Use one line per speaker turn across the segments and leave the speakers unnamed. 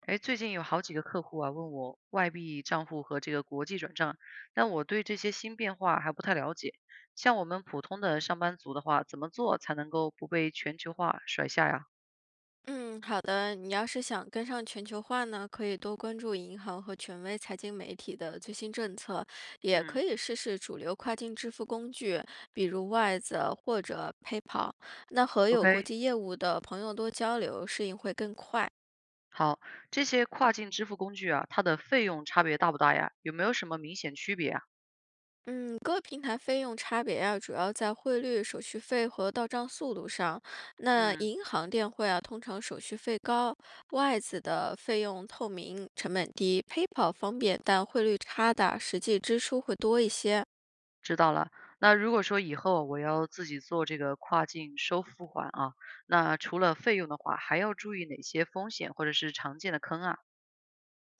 哎，最近有好几个客户啊问我外币账户和这个国际转账，但我对这些新变化还不太了解。像我们普通的上班族的话，怎么做才能够不被全球化甩下呀？
嗯，好的。你要是想跟上全球化呢，可以多关注银行和权威财经媒体的最新政策，也
嗯
可以试试主流跨境支付工具，比如 Wise 或者 PayPal。那和有国
，OK，
际业务的朋友多交流，适应会更快。
好，这些跨境支付工具啊，它的费用差别大不大呀？有没有什么明显区别啊？
嗯，各平台费用差别呀、主要在汇率、手续费和到账速度上。那
嗯，
银行电汇啊，通常手续费高，外资的费用透明、成本低，PayPal 方便，但汇率差大，实际支出会多一些。
知道了。那如果说以后我要自己做这个跨境收付款啊，那除了费用的话，还要注意哪些风险或者是常见的坑啊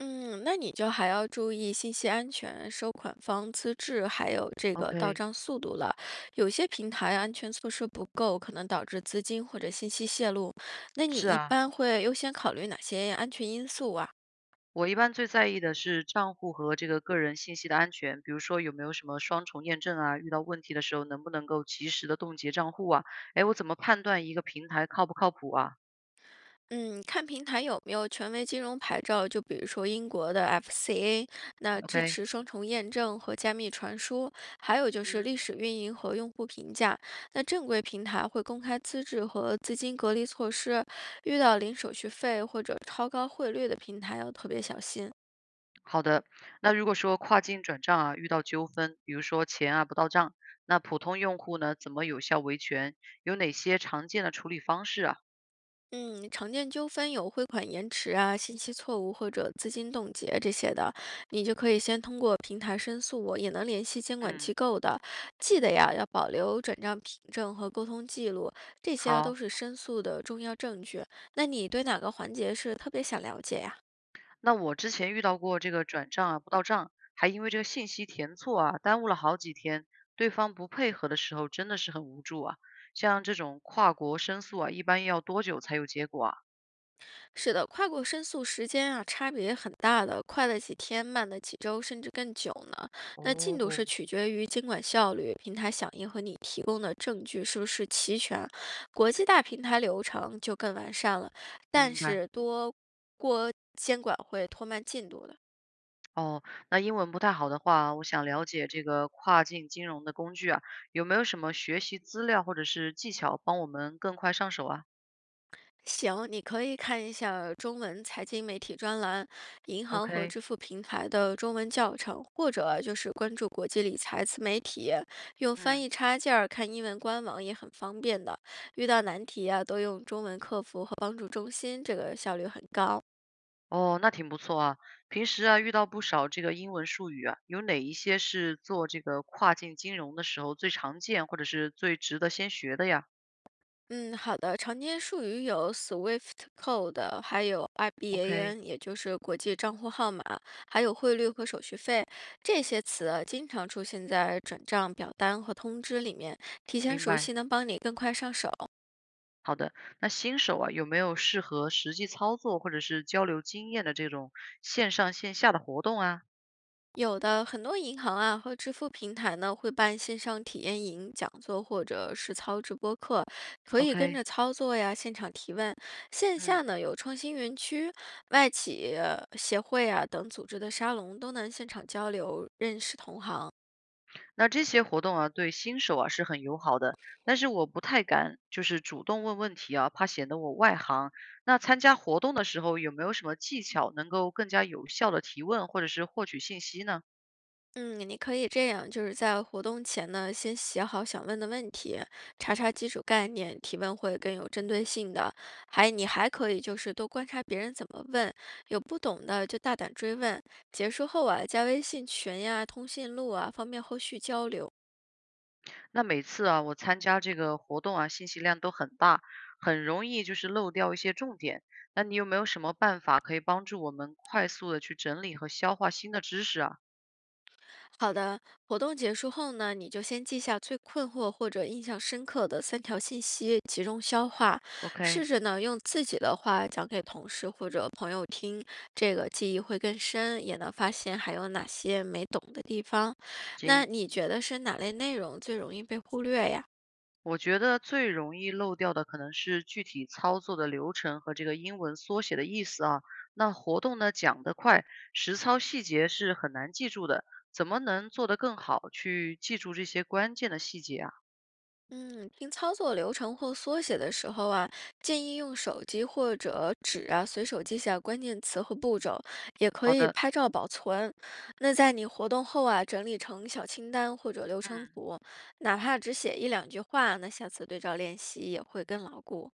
嗯，那你就还要注意信息安全、收款方资质，还有这个到
？OK，
账速度了。有些平台安全措施不够，可能导致资金或者信息泄露。那你
是
一
啊，
般会优先考虑哪些安全因素啊？
我一般最在意的是账户和这个个人信息的安全，比如说有没有什么双重验证啊，遇到问题的时候能不能够及时的冻结账户啊？哎，我怎么判断一个平台靠不靠谱啊
嗯，看平台有没有权威金融牌照，就比如说英国的 FCA，那支
？OK，
持双重验证和加密传输，还有就是历
嗯，
史运营和用户评价。那正规平台会公开资质和资金隔离措施，遇到零手续费或者超高汇率的平台要特别小心。
好的。那如果说跨境转账啊遇到纠纷，比如说钱啊不到账，那普通用户呢怎么有效维权？有哪些常见的处理方式啊？
嗯，常见纠纷有汇款延迟啊、信息错误或者资金冻结这些的，你就可以先通过平台申诉，我也能联系监管
嗯，
机构的。记得呀，要保留转账凭证和沟通记录，这些都
好。
是申诉的重要证据。那你对哪个环节是特别想了解呀？
那我之前遇到过这个转账啊，不到账，还因为这个信息填错啊，耽误了好几天。对方不配合的时候，真的是很无助啊。像这种跨国申诉啊，一般要多久才有结果啊？
是的，跨国申诉时间啊，差别很大的，快的几天，慢的几周，甚至更久呢。那进度是
哦，
取决于监管效率、平台响应和你提供的证据是不是齐全。国际大平台流程就更完善了，但
明白。
是多过监管会拖慢进度的。
哦，那英文不太好的话，我想了解这个跨境金融的工具啊，有没有什么学习资料或者是技巧帮我们更快上手啊
行，你可以看一下中文财经媒体专栏、银行和
？OK，
支付平台的中文教程，或者就是关注国际理财自媒体，用翻
嗯。
译插件儿看英文官网也很方便的。遇到难题啊，都用中文客服和帮助中心，这个效率很高。
哦，那挺不错啊。平时啊，遇到不少这个英文术语啊，有哪一些是做这个跨境金融的时候最常见，或者是最值得先学的呀
嗯，好的。常见术语有 SWIFT code，还有
？OK，
IBAN，也就是国际账户号码，还有汇率和手续费这些词啊经常出现在转账表单和通知里面。提前
明
熟悉
白。
能帮你更快上手。
好的，那新手啊，有没有适合实际操作或者是交流经验的这种线上线下的活动啊
有的很多银行啊和支付平台呢会办线上体验营、讲座或者实操直播课，可以跟
？OK，
着操作呀，现场提问。线下
嗯。
呢有创新园区、外企协会啊等组织的沙龙，都能现场交流、认识同行。
那这些活动啊，对新手啊是很友好的，但是我不太敢就是主动问问题啊，怕显得我外行。那参加活动的时候有没有什么技巧能够更加有效的提问或者是获取信息呢？
嗯，你可以这样，就是在活动前呢，先写好想问的问题，查查基础概念，提问会更有针对性的。还你还可以就是多观察别人怎么问，有不懂的就大胆追问。结束后啊，加微信群呀、通讯录啊，方便后续交流。
那每次啊，我参加这个活动啊，信息量都很大，很容易就是漏掉一些重点。那你有没有什么办法可以帮助我们快速的去整理和消化新的知识啊
好的，活动结束后呢，你就先记下最困惑或者印象深刻的3条信息，集中消化，试
？OK，
着呢用自己的话讲给同事或者朋友听，这个记忆会更深，也能发现还有哪些没懂的地方。那
行。
你觉得是哪类内容最容易被忽略呀？
我觉得最容易漏掉的可能是具体操作的流程和这个英文缩写的意思啊。那活动呢讲得快，实操细节是很难记住的。怎么能做得更好，去记住这些关键的细节啊？
嗯，听操作流程或缩写的时候啊，建议用手机或者纸啊，随手记下关键词和步骤，也可
好
以
的，
拍照保存。那在你活动后啊，整理成小清单或者流程
嗯，
图，哪怕只写一两句话，那下次对照练习也会更牢固。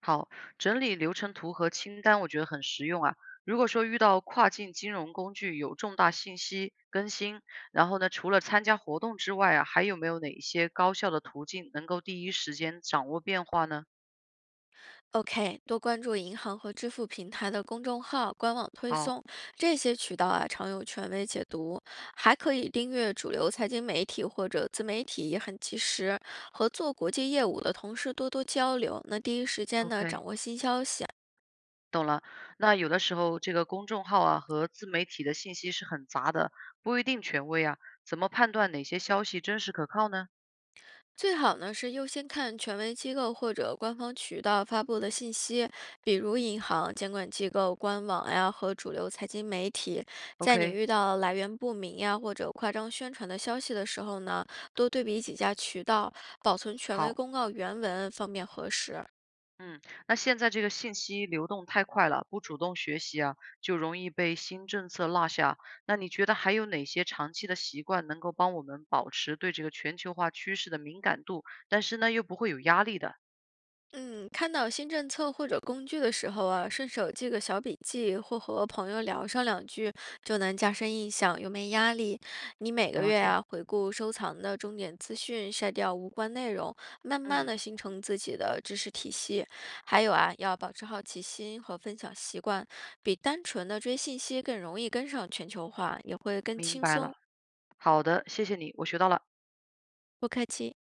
好，整理流程图和清单，我觉得很实用啊。如果说遇到跨境金融工具有重大信息更新，然后呢，除了参加活动之外啊，还有没有哪一些高效的途径能够第一时间掌握变化呢？
OK，多关注银行和支付平台的公众号、官网推
好。
送，这些渠道啊常有权威解读，还可以订阅主流财经媒体或者自媒体，也很及时。和做国际业务的同事多多交流，那第一时间呢掌
OK，
握新消息。
懂了。那有的时候这个公众号啊和自媒体的信息是很杂的，不一定权威啊，怎么判断哪些消息真实可靠呢
最好呢是优先看权威机构或者官方渠道发布的信息，比如银行、监管机构、官网呀和主流财经媒体。在你
？OK，
遇到来源不明呀或者夸张宣传的消息的时候呢，多对比几家渠道，保存权威
好，
公告原文，方便核实。
嗯，那现在这个信息流动太快了，不主动学习啊，就容易被新政策落下。那你觉得还有哪些长期的习惯能够帮我们保持对这个全球化趋势的敏感度，但是呢又不会有压力的？
嗯，看到新政策或者工具的时候啊，顺手记个小笔记，或和朋友聊上两句，就能加深印象，又没压力。你每个
了
月
解，
啊，回顾收藏的重点资讯，筛掉无关内容，慢慢
嗯，
的形成自己的知识体系。还有啊，要保持好奇心和分享习惯，比单纯的追信息更容易跟上全球化，也会更
明
轻
白了。
松，
好的，谢谢你，我学到了。
不客气。